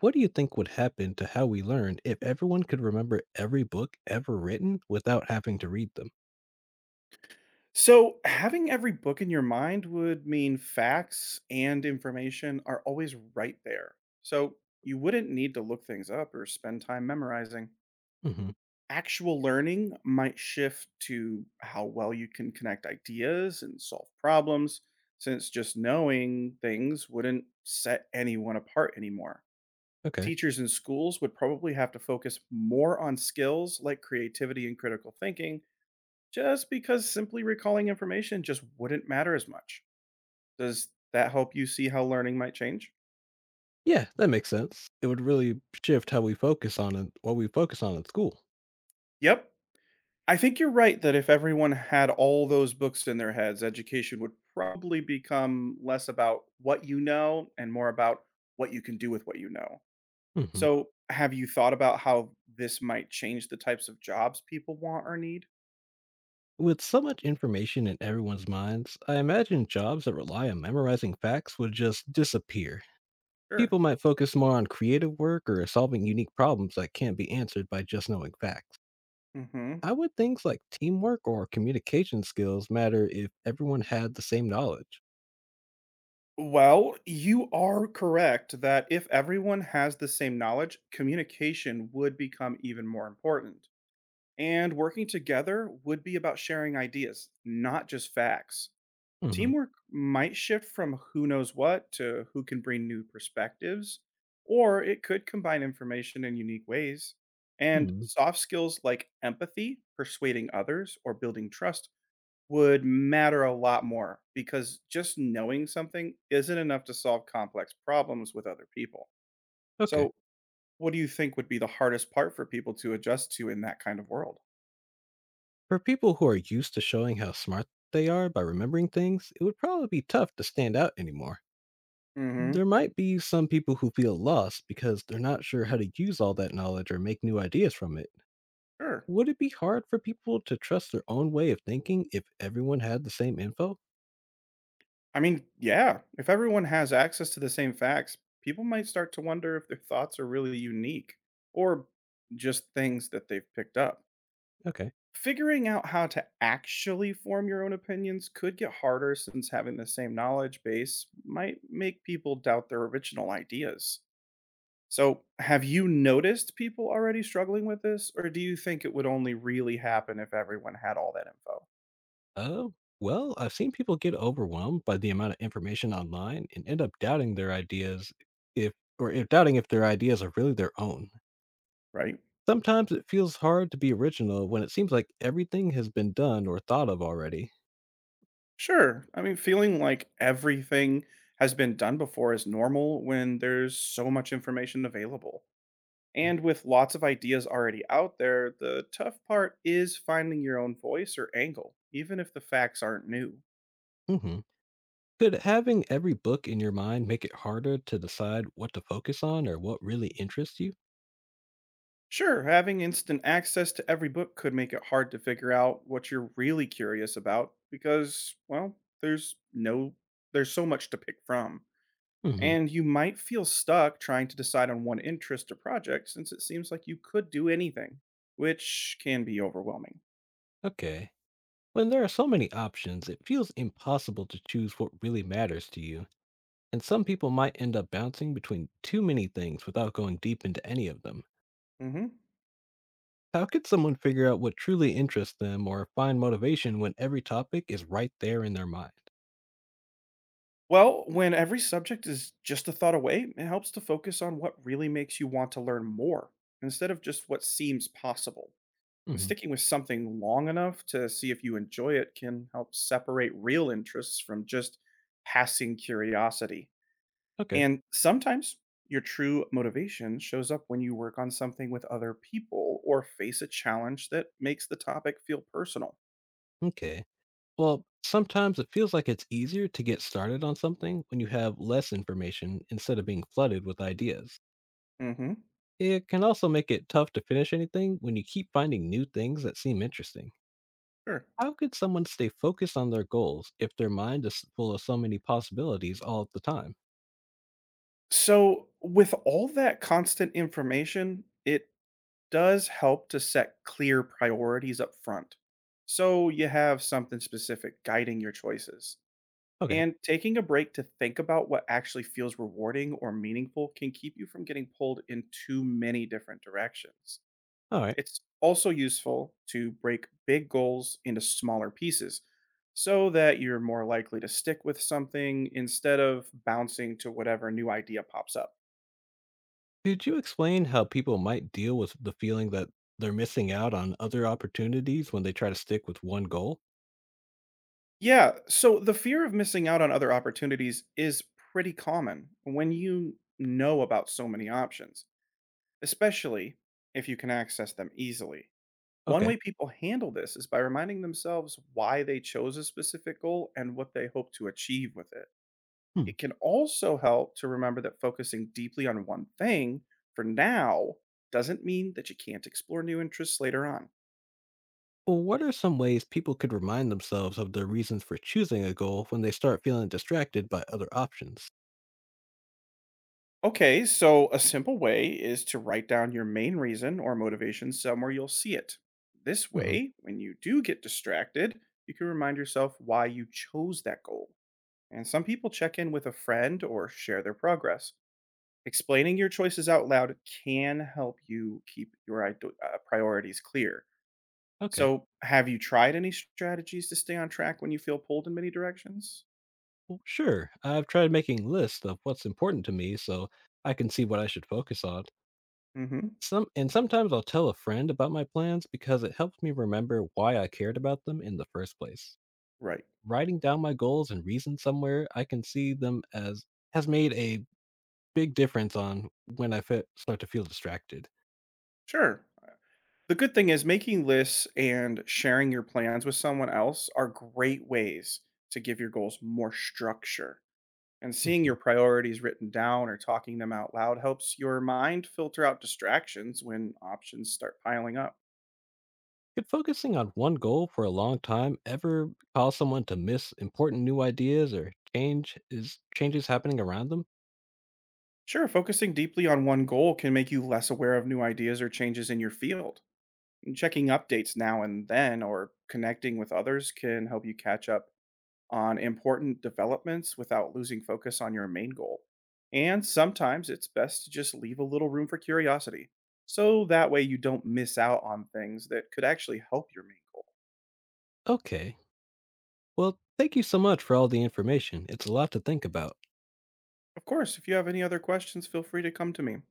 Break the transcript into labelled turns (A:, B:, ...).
A: What do you think would happen to how we learn if everyone could remember every book ever written without having to read them?
B: So, having every book in your mind would mean facts and information are always right there. So, you wouldn't need to look things up or spend time memorizing.
A: Hmm.
B: Actual learning might shift to how well you can connect ideas and solve problems, since just knowing things wouldn't set anyone apart anymore.
A: Okay.
B: Teachers in schools would probably have to focus more on skills like creativity and critical thinking just because simply recalling information just wouldn't matter as much. Does that help you see how learning might change?
A: Yeah, that makes sense. It would really shift how we focus on it, what we focus on in school.
B: Yep. I think you're right that if everyone had all those books in their heads, education would probably become less about what you know and more about what you can do with what you know.
A: Hmm.
B: So, have you thought about how this might change the types of jobs people want or need?
A: With so much information in everyone's minds, I imagine jobs that rely on memorizing facts would just disappear. People
B: Sure.
A: might focus more on creative work or solving unique problems that can't be answered by just knowing facts.
B: Mhm.
A: I would things like teamwork or communication skills matter if everyone had the same knowledge?
B: Well, you are correct that if everyone has the same knowledge, communication would become even more important. And working together would be about sharing ideas, not just facts.
A: Hmm.
B: Teamwork might shift from who knows what to who can bring new perspectives, or it could combine information in unique ways. And
A: Hmm.
B: soft skills like empathy, persuading others, or building trust would matter a lot more because just knowing something isn't enough to solve complex problems with other people.
A: Okay.
B: So, what do you think would be the hardest part for people to adjust to in that kind of world?
A: For people who are used to showing how smart they are by remembering things, it would probably be tough to stand out anymore.
B: Hmm.
A: There might be some people who feel lost because they're not sure how to use all that knowledge or make new ideas from it.
B: Sure.
A: Would it be hard for people to trust their own way of thinking if everyone had the same info?
B: I mean, yeah, if everyone has access to the same facts, people might start to wonder if their thoughts are really unique or just things that they've picked up.
A: Okay.
B: Figuring out how to actually form your own opinions could get harder since having the same knowledge base might make people doubt their original ideas. So, have you noticed people already struggling with this, or do you think it would only really happen if everyone had all that info?
A: Uh, well, I've seen people get overwhelmed by the amount of information online and end up doubting their ideas if doubting if their ideas are really their own.
B: Right?
A: Sometimes it feels hard to be original when it seems like everything has been done or thought of already.
B: Sure. I mean, feeling like everything has been done before is normal when there's so much information available.
A: Mm.
B: And with lots of ideas already out there, the tough part is finding your own voice or angle, even if the facts aren't new.
A: Mhm. Could having every book in your mind make it harder to decide what to focus on or what really interests you?
B: Sure, having instant access to every book could make it hard to figure out what you're really curious about because, well, there's no there's so much to pick from.
A: Hmm.
B: And you might feel stuck trying to decide on one interest or project since it seems like you could do anything, which can be overwhelming.
A: Okay. When there are so many options, it feels impossible to choose what really matters to you, and some people might end up bouncing between too many things without going deep into any of them.
B: Mhm.
A: How could someone figure out what truly interests them or find motivation when every topic is right there in their mind?
B: Well, when every subject is just a thought away, it helps to focus on what really makes you want to learn more instead of just what seems possible. And
A: Hmm.
B: sticking with something long enough to see if you enjoy it can help separate real interests from just passing curiosity.
A: Okay.
B: And sometimes your true motivation shows up when you work on something with other people or face a challenge that makes the topic feel personal.
A: Okay. Well, sometimes it feels like it's easier to get started on something when you have less information instead of being flooded with ideas.
B: Hmm.
A: It can also make it tough to finish anything when you keep finding new things that seem interesting.
B: Sure.
A: How could someone stay focused on their goals if their mind is full of so many possibilities all at the time?
B: So, with all that constant information, it does help to set clear priorities up front. So you have something specific guiding your choices.
A: Okay,
B: And taking a break to think about what actually feels rewarding or meaningful can keep you from getting pulled in too many different directions.
A: all right.
B: It's also useful to break big goals into smaller pieces so that you're more likely to stick with something instead of bouncing to whatever new idea pops up.
A: Could you explain how people might deal with the feeling that they're missing out on other opportunities when they try to stick with one goal?
B: Yeah, so the fear of missing out on other opportunities is pretty common when you know about so many options, especially if you can access them easily. One
A: Okay.
B: way people handle this is by reminding themselves why they chose a specific goal and what they hope to achieve with it.
A: Hmm.
B: It can also help to remember that focusing deeply on one thing for now doesn't mean that you can't explore new interests later on.
A: Well, what are some ways people could remind themselves of their reasons for choosing a goal when they start feeling distracted by other options?
B: Okay, so a simple way is to write down your main reason or motivation somewhere you'll see it. This
A: Hmm.
B: way, when you do get distracted, you can remind yourself why you chose that goal. And some people check in with a friend or share their progress. Explaining your choices out loud can help you keep your priorities clear.
A: Okay.
B: So, have you tried any strategies to stay on track when you feel pulled in many directions?
A: Well, sure. I've tried making lists of what's important to me so I can see what I should focus on.
B: Hmm.
A: Sometimes I'll tell a friend about my plans because it helps me remember why I cared about them in the first place.
B: Right.
A: Writing down my goals and reasons somewhere I can see them as has made a big difference on when I start to feel distracted.
B: Sure. The good thing is making lists and sharing your plans with someone else are great ways to give your goals more structure. And seeing your priorities written down or talking them out loud helps your mind filter out distractions when options start piling up.
A: Could focusing on one goal for a long time ever cause someone to miss important new ideas or changes happening around them?
B: Sure, focusing deeply on one goal can make you less aware of new ideas or changes in your field. And checking updates now and then or connecting with others can help you catch up on important developments without losing focus on your main goal. And sometimes it's best to just leave a little room for curiosity, so that way you don't miss out on things that could actually help your main goal.
A: Okay. Well, thank you so much for all the information. It's a lot to think about.
B: Of course, if you have any other questions, feel free to come to me.